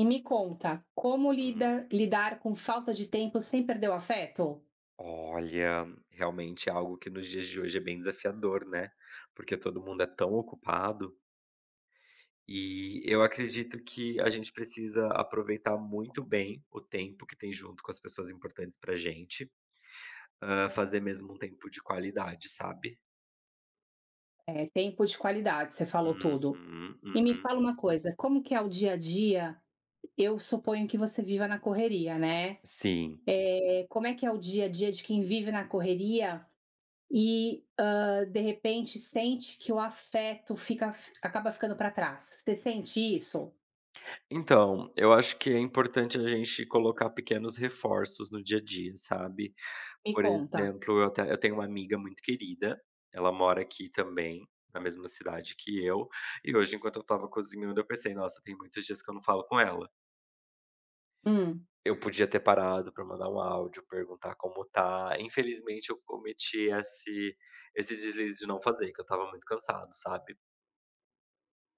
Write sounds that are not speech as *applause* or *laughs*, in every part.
E me conta, como Hum, lidar com falta de tempo sem perder o afeto? Olha, realmente é algo que nos dias de hoje é bem desafiador, né? Porque todo mundo é tão ocupado e eu acredito que a gente precisa aproveitar muito bem o tempo que tem junto com as pessoas importantes pra gente, ah, fazer mesmo um tempo de qualidade, sabe? É, tempo de qualidade, você falou Uhum, tudo. E me uhum. fala uma coisa, como que é o dia a dia? Eu suponho que você viva na correria, né? Sim. É, como é que é o dia a dia de quem vive na correria e de repente sente que acaba ficando para trás? Você sente isso? Então, eu acho que é importante a gente colocar pequenos reforços no dia a dia, sabe? Me Por conta. exemplo, eu tenho uma amiga muito querida, ela mora aqui também, na mesma cidade que eu, e hoje enquanto eu estava cozinhando eu pensei: "Nossa, tem muitos dias que eu não falo com ela". Hum. Eu podia ter parado pra mandar um áudio, perguntar como tá, infelizmente eu cometi esse deslize de não fazer, que eu estava muito cansado, sabe.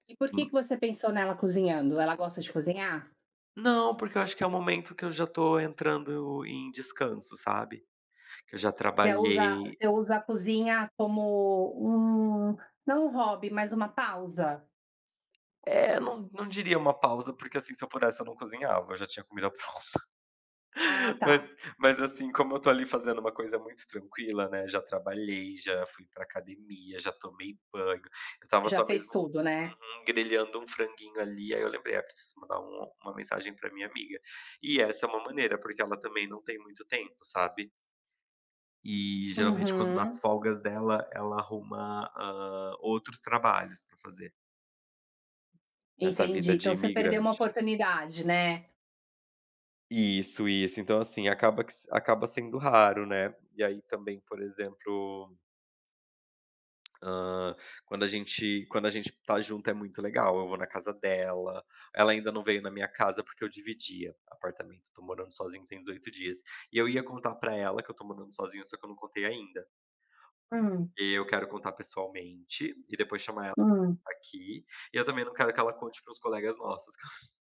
E por que que Hum. você pensou nela cozinhando? Ela gosta de cozinhar? Não, porque eu acho que é o momento que eu já tô entrando em descanso, sabe. Que eu já Você usa trabalhei você usa a cozinha como um não um hobby, mas uma pausa? é, não diria uma pausa, porque, assim, se eu pudesse eu não cozinhava, eu já tinha comida. Ah, tá, Mas, assim, como eu tô ali fazendo uma coisa muito tranquila, né, já trabalhei, já fui pra academia, já tomei banho, eu estava já só fez mesmo tudo, né. uhum, grelhando um franguinho ali, aí eu lembrei: "Ah, preciso mandar uma mensagem pra minha amiga". E essa é uma maneira, porque ela também não tem muito tempo, sabe. E, geralmente, quando nas Uhum, folgas dela, ela arruma, outros trabalhos pra fazer, nessa entendi. vida de Então você perdeu uma imigrante. oportunidade, né. Isso, isso. Então, assim, acaba que s acaba sendo raro, né. E aí também, por exemplo Hã, quando a gente tá junto é muito legal, eu vou na casa dela, ela ainda não veio na minha casa, porque eu dividia apartamento, tô morando sozinho tem 18 dias. E eu ia contar pra ela que eu tô morando sozinho, só que eu não contei ainda. Hum, E eu quero contar pessoalmente, e depois chamar ela hum. aqui, e eu também não quero que ela conte para os colegas nossos. *laughs*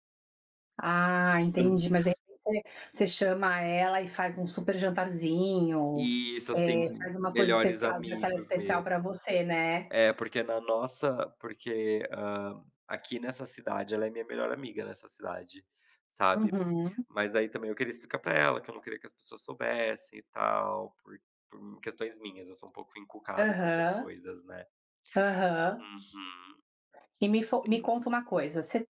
Ah, Eu entendi, mas de você você chama ela e faz um super jantarzinho, e isso assim, faz uma coisa melhores especial, já que ela é amigos especial para mesmo. você, né. É, porque na nossa porque, aqui nessa cidade ela é minha melhor amiga nessa cidade, sabe. Uhum. Mas aí também eu queria explicar pra ela que eu não queria que as pessoas soubessem e tal, por questões minhas, eu sou um pouco encucado com essas Aham, coisas, né. aham. Uhum, E me sim. conta uma coisa, você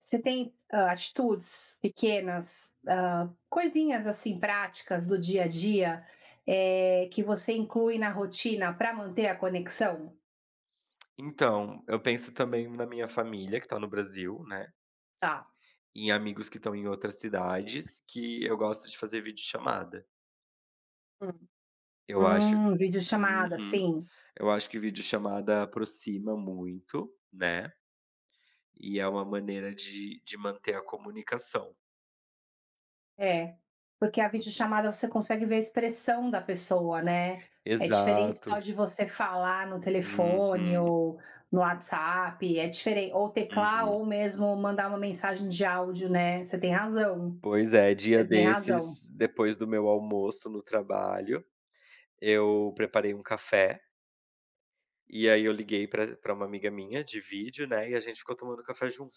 você tem atitudes pequenas, ah, coisinhas assim práticas do dia a dia que você inclui na rotina para manter a conexão? Então, eu penso também na minha família que tá no Brasil, né, Tá. em amigos que estão em outras cidades, que eu gosto de fazer videochamada. Hum, Eu acho videochamada, uhum. sim. Eu acho que videochamada aproxima muito, né. E é uma maneira de manter a comunicação. É. Porque a Uhum. videochamada você consegue ver a expressão da pessoa, né? É diferente só Exato. de você falar no telefone Uhum, ou no WhatsApp, é diferente, ou teclar uhum. ou mesmo mandar uma mensagem de áudio, né? Você tem razão. Pois é, dia Você tem razão. desses, depois do meu almoço no trabalho, eu preparei um café, e aí eu liguei pra uma amiga minha de vídeo, né, e a gente ficou tomando café junto.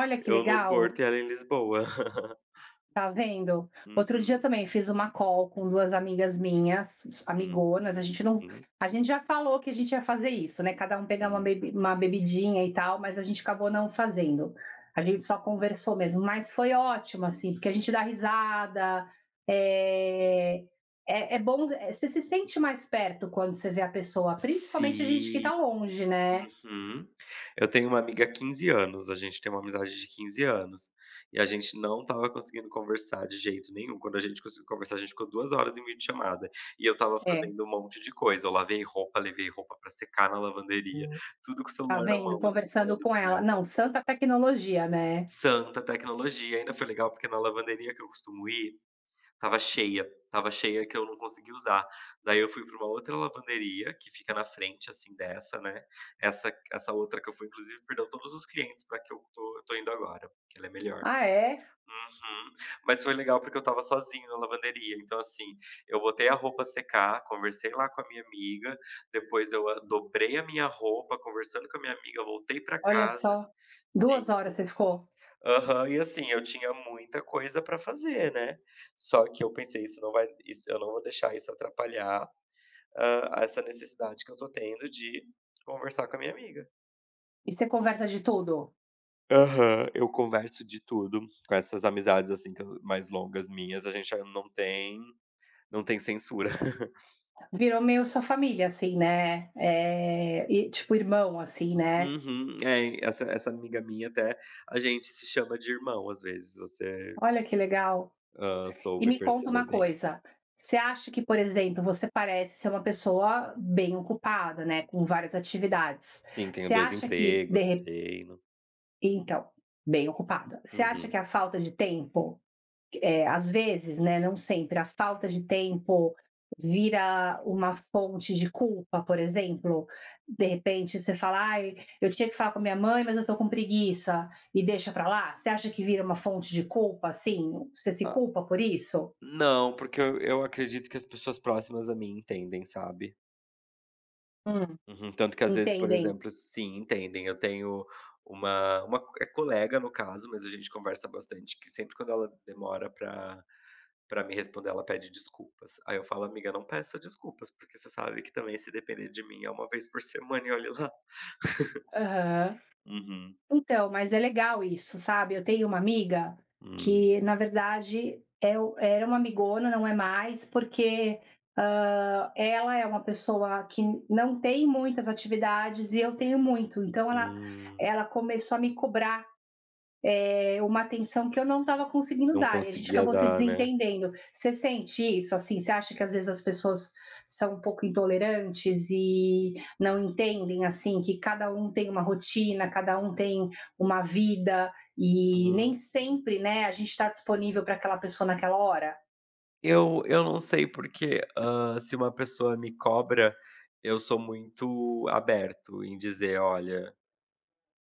Olha que Eu no legal, Porto e ela em Lisboa. *laughs* tá vendo? Outro dia eu Uhum, também fiz uma call com 2 amigas minhas, uhum. amigonas, a Sim, gente não sim. a gente já falou que a gente ia fazer isso, né, cada um pegar uma bebidinha e tal, mas a gente acabou não fazendo. A gente só conversou mesmo, mas foi ótimo, assim, porque a gente dá risada, eh, é bom é, você se sente mais perto quando você vê a pessoa, principalmente a gente que Sim. tá longe, né. Uhum. Eu tenho uma amiga há 15 anos, a gente tem uma amizade de 15 anos, e a gente não tava conseguindo conversar de jeito nenhum. Quando a gente conseguiu conversar, a gente ficou 2 horas em videochamada, e eu tava É. fazendo um monte de coisa, eu lavei roupa, levei roupa pra secar na lavanderia, tudo com o Tá celular na vendo? mão, assim, Conversando falando com com ela. ela. Não, santa tecnologia, né. Santa tecnologia, ainda foi legal porque na lavanderia que eu costumo ir, tava cheia, tava cheia que eu não consegui usar. Daí eu fui para uma outra lavanderia que fica na frente, assim, dessa, né. Essa outra que eu fui inclusive perdeu todos os clientes para que eu tô indo agora, que ela é melhor. "Ah, é? Uhum. Mas foi legal porque eu estava sozinho na lavanderia, então, assim, eu botei a roupa secar, conversei lá com a minha amiga, depois eu a dobrei a minha roupa, conversando com a minha amiga, voltei pra Olha casa. só". duas Sim, horas sim. você ficou? Aham. E assim, eu tinha muita coisa pra fazer, né. Só que eu pensei: "Isso não vai isso eu não vou deixar isso atrapalhar, essa necessidade que eu tô tendo de conversar com a minha amiga". E você conversa de tudo? Aham. Eu converso de tudo com essas amizades, assim, que eu mais longas minhas, a gente já não tem censura. *laughs* Virou meio sua família, assim, né, e tipo irmão, assim, né. Uhum. É, essa amiga minha até a gente se chama de irmão, às vezes, você, Olha que legal. E soube me conta perceber uma bem. coisa, você acha que, por exemplo, você parece ser uma pessoa bem ocupada, né, com várias atividades. Sim, tenho Você 2 acha que de empregos, re treino. então, bem ocupada. Você acha Uhum. que a falta de tempo é, às vezes, né, não sempre, a falta de tempo vira uma fonte de culpa, por exemplo. De repente você fala: "Ai, eu tinha que falar com a minha mãe, mas eu estou com preguiça", e deixa pra lá. Você acha que vira uma fonte de culpa, assim? Você se A culpa por isso? Não, porque eu acredito que as pessoas próximas a mim entendem, sabe. Hum. Uhum. Tanto que às vezes, por Entendem? exemplo sim, entendem. Eu tenho é colega no caso, mas a gente conversa bastante, que sempre quando ela demora pra me responder, ela pede desculpas. Aí eu falo: "Amiga, não peça desculpas, porque você sabe que também se depender de mim é uma vez por semana e olhe lá". Aham. Uhum. Então, mas é legal isso, sabe. Eu tenho uma amiga Hum. que, na verdade, é o era uma amigona, não é mais, porque, ela é uma pessoa que não tem muitas atividades e eu tenho muito. Hum. Ela começou a me cobrar é uma atenção que eu não estava conseguindo Não dar e a gente conseguia acabou se dar, né. desentendendo. Você sente isso? Assim, você acha que às vezes as pessoas são um pouco intolerantes e não entendem assim que cada um tem uma rotina, cada um tem uma vida e Hum. nem sempre, né, a gente está disponível para aquela pessoa naquela hora? Eu não sei porque, se uma pessoa me cobra, eu sou muito aberto em dizer: "Olha,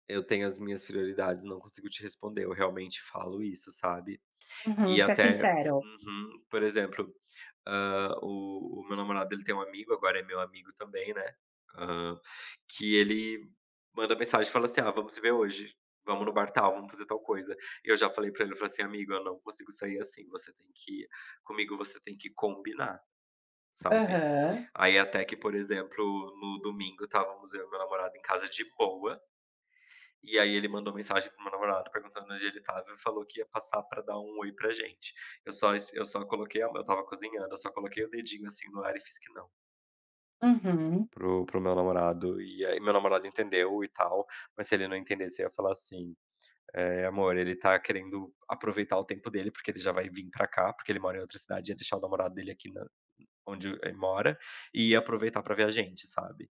eu tenho as minhas prioridades, não consigo te responder", eu realmente falo isso, sabe. Uhum, E você é até sincero. uhum. Por exemplo, o meu namorado, ele tem um amigo, agora é meu amigo também, né, hã, que ele manda mensagem e fala assim: "Ah, vamos se ver hoje, vamos no bar tal, vamos fazer tal coisa". E eu já falei pra ele, eu falei assim: "Amigo, eu não consigo sair assim, você tem que comigo você tem que combinar". Sabe. Aham. Aí até que, por exemplo, no domingo estávamos eu e meu namorado em casa de boa, e aí ele mandou mensagem pro meu namorado perguntando onde ele estava e falou que ia passar pra dar um "oi" pra gente. Eu só es eu só coloquei a eu estava cozinhando, eu só coloquei o dedinho, assim, no ar e fiz que não Uhum. pro pro meu namorado, e aí meu namorado entendeu e tal, mas se ele não entendesse eu ia falar assim: "Eh, amor, ele tá querendo aproveitar o tempo dele, porque ele já vai vir pra cá, porque ele mora em outra cidade, ia deixar o namorado dele aqui na onde ele mora, e ia aproveitar pra ver a gente", sabe.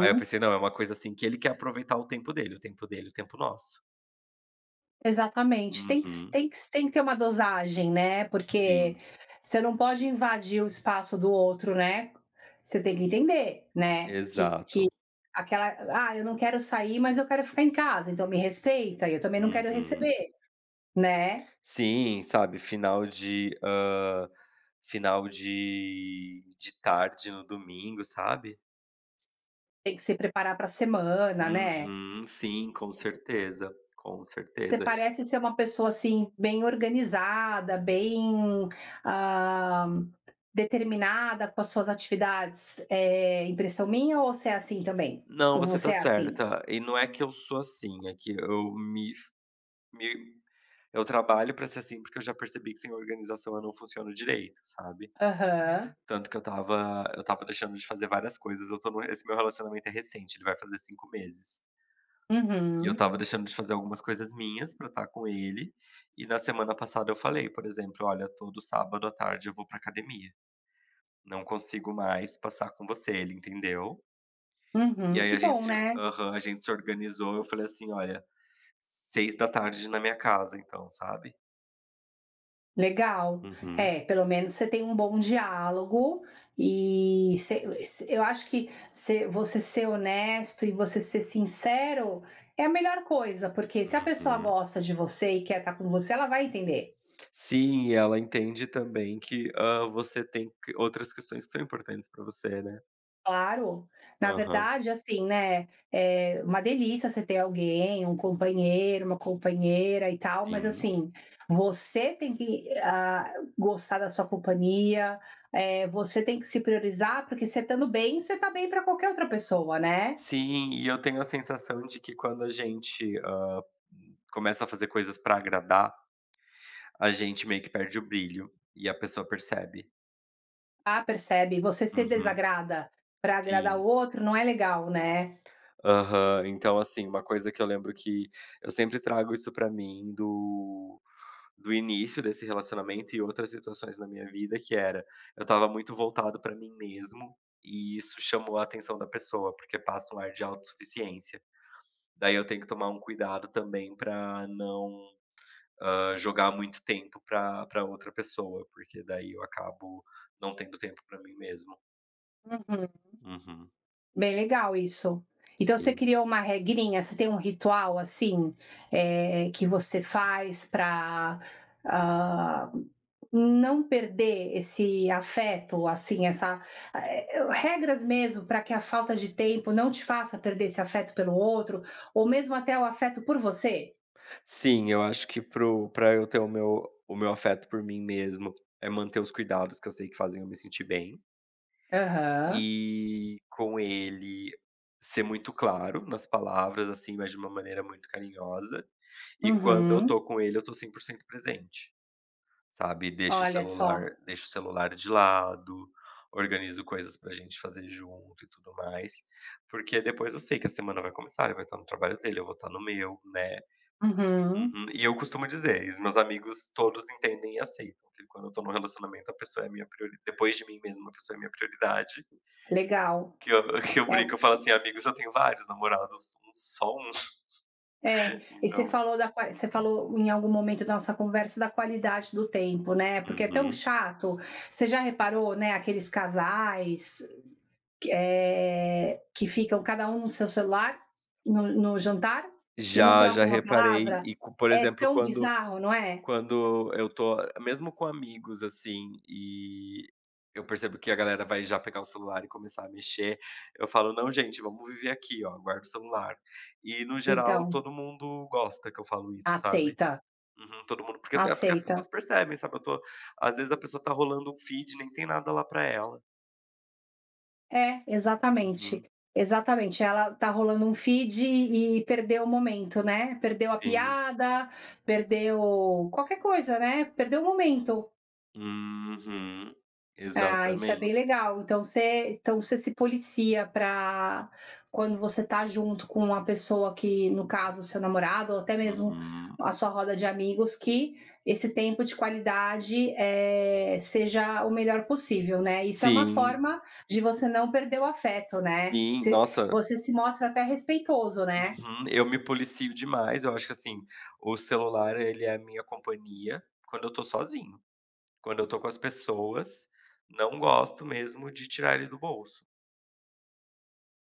Aí eu pensei: "Não, é uma coisa, assim, que ele quer aproveitar o tempo dele, o tempo dele, o tempo nosso". Exatamente. Tem que Uhum. tem que tem que ter uma dosagem, né, porque Sim, você não pode invadir o espaço do outro, né. Você tem que entender, né, que exato. aquela: "Ah, eu não quero sair, mas eu quero ficar em casa, então me respeita, eu também não quero Uhum. receber", né. Sim, sabe, final de, final de tarde no domingo, sabe. Tem que se preparar para a semana, né. Uhum. Sim, com certeza, com Você certeza. parece ser uma pessoa, assim, bem organizada, bem, ah, determinada com as suas atividades. É impressão minha ou você é assim também? Não, Ou você você tá é assim? certa. E não é que eu sou assim, é que eu me me eu trabalho pra ser assim, porque eu já percebi que sem organização eu não funciono direito, sabe. Aham. Tanto que eu estava deixando de fazer várias coisas, eu tô no esse meu relacionamento é recente, ele vai fazer 5 meses. E eu Uhum. estava deixando de fazer algumas coisas minhas pra estar com ele, e na semana passada eu falei, por exemplo: "Olha, todo sábado à tarde eu vou pra academia, não consigo mais passar com você", ele entendeu. E Uhum. aí Que a gente bom, se né. aham, a gente se organizou, eu falei assim: "Olha, 6 da tarde na minha casa então", sabe. Legal. Uhum, É, pelo menos você tem um bom diálogo e você eu acho que você ser honesto e você ser sincero é a melhor coisa, porque se a pessoa uhum. gosta de você e quer estar com você, ela vai entender. Sim, e ela entende também que, você tem que outras questões que são importantes pra você, né. Claro. Na Aham, verdade, assim, né, é uma delícia você ter alguém, um companheiro, uma companheira e tal, mas sim. assim, você tem que, gostar da sua companhia, você tem que se priorizar, porque você estando bem, você tá bem para qualquer outra pessoa, né. Sim, e eu tenho a sensação de que quando a gente, começa a fazer coisas pra agradar, a gente meio que perde o brilho, e a pessoa percebe. Ah, percebe? Você se Uhum, desagrada para agradar o sim. outro não é legal, né. Aham, então assim, uma coisa que eu lembro que eu sempre trago isso pra mim do do início desse relacionamento e outras situações na minha vida que era, eu estava muito voltado para mim mesmo, e isso chamou a atenção da pessoa, porque passa um ar de autossuficiência. Daí eu tenho que tomar um cuidado também para não, jogar muito tempo para pra outra pessoa, porque daí eu acabo não tendo tempo para mim mesmo. Uhum. Uhum, Bem legal isso. Então você sim. criou uma regrinha, você tem um ritual, assim, que você faz para não perder esse afeto, assim, essa regras mesmo para que a falta de tempo não te faça perder esse afeto pelo outro, ou mesmo até o afeto por você? Sim, eu acho que para o pra eu ter o meu afeto por mim mesmo, é manter os cuidados que eu sei que fazem eu me sentir bem. Aham. E com ele ser muito claro nas palavras, assim, mas de uma maneira muito carinhosa. E quando eu Uhum. tô com ele, eu tô 100% presente, sabe. Deixo o Olha só. celular deixo o celular de lado, organizo coisas pra gente fazer junto e tudo mais, porque depois eu sei que a semana vai começar, ele vai estar no trabalho dele, eu vou estar no meu, né. Uhum. Uhum. E eu costumo dizer, e os meus amigos todos entendem e aceitam, que quando eu tô num relacionamento a pessoa é a minha prioridade depois de mim mesmo, a pessoa é a minha prioridade. Legal. Que eu *laughs* que eu É brinco, eu falo assim: "Amigos, eu tenho vários namorados, não só um". É, Então você falou em algum momento da nossa conversa da qualidade do tempo, né, porque é tão Uhum. chato. Você já reparou, né, aqueles casais, que ficam cada um no seu celular, no jantar, e não Já, já trocam uma reparei palavra? e co por É exemplo, tão quando bizarro, não é? quando eu tô mesmo com amigos, assim, e eu percebo que a galera vai já pegar o celular e começar a mexer, eu falo: "Não, gente, vamos viver aqui, ó, guarda o celular". E no geral, Então, todo mundo gosta que eu falo isso, sabe. aceita, Uhum, todo mundo porque até porque as aceita. pessoas percebem, sabe, eu tô às vezes a pessoa tá rolando um feed, nem tem nada lá pra ela. É, Uhum, exatamente. Ela tá rolando um feed e perdeu o momento, né, perdeu a sim. piada, perdeu qualquer coisa, né, perdeu o momento. Uhum. Ah, isso é bem Exatamente. legal. Então você se policia para quando você tá junto com uma pessoa que, no caso, seu namorado ou até mesmo Uhum. a sua roda de amigos, que esse tempo de qualidade, seja o melhor possível, né. Isso é uma Sim, forma de você não perder o afeto, né. sim. Nossa, Você se mostra até respeitoso, né. uhum. Eu me policio demais, eu acho que, assim, o celular ele é a minha companhia quando eu tô sozinho. Quando eu tô com as pessoas, não gosto mesmo de tirar ele do bolso.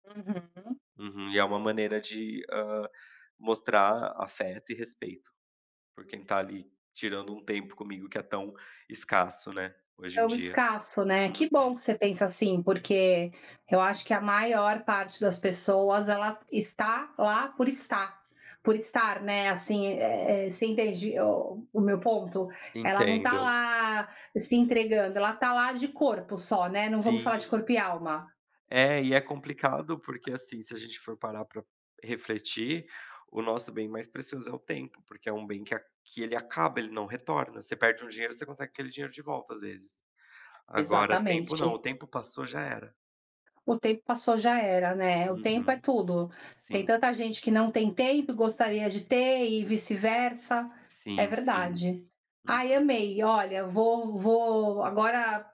Uhum. Uhum. E é uma maneira de, mostrar afeto e respeito por quem tá ali tirando um tempo comigo que é tão escasso, né, hoje É em o dia. escasso, né. Que bom Uhum. que você pensa assim, porque eu acho que a maior parte das pessoas, ela está lá por estar, né, assim, você entende o meu ponto? Ela não tá Entendo. lá se entregando, ela tá lá de corpo só, né, não vamos falar de Sim. corpo e alma. É, e é complicado porque, assim, se a gente for parar para refletir, o nosso bem mais precioso é o tempo, porque é um bem que ele acaba, ele não retorna. Você perde um dinheiro, você consegue aquele dinheiro de volta, às vezes. Agora tempo não, o Exatamente. tempo passou, já era. O tempo passou, já era, né, o tempo é Uhum. tudo. Tem Sim. tanta gente que não tem tempo e gostaria de ter e vice-versa, é Sim, sim. verdade. Ai, amei, olha, vou agora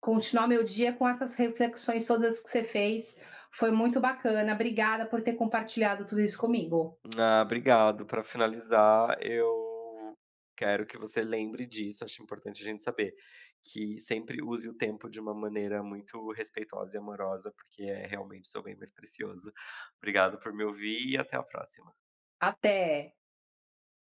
continuar meu dia com essas reflexões todas que você fez, foi muito bacana, obrigada por ter compartilhado tudo isso comigo. Ah, obrigado. Para finalizar, eu quero que você lembre disso, acho importante a gente saber, que sempre use o tempo de uma maneira muito respeitosa e amorosa, porque é realmente seu bem mais precioso. Obrigado por me ouvir e até a próxima. Até.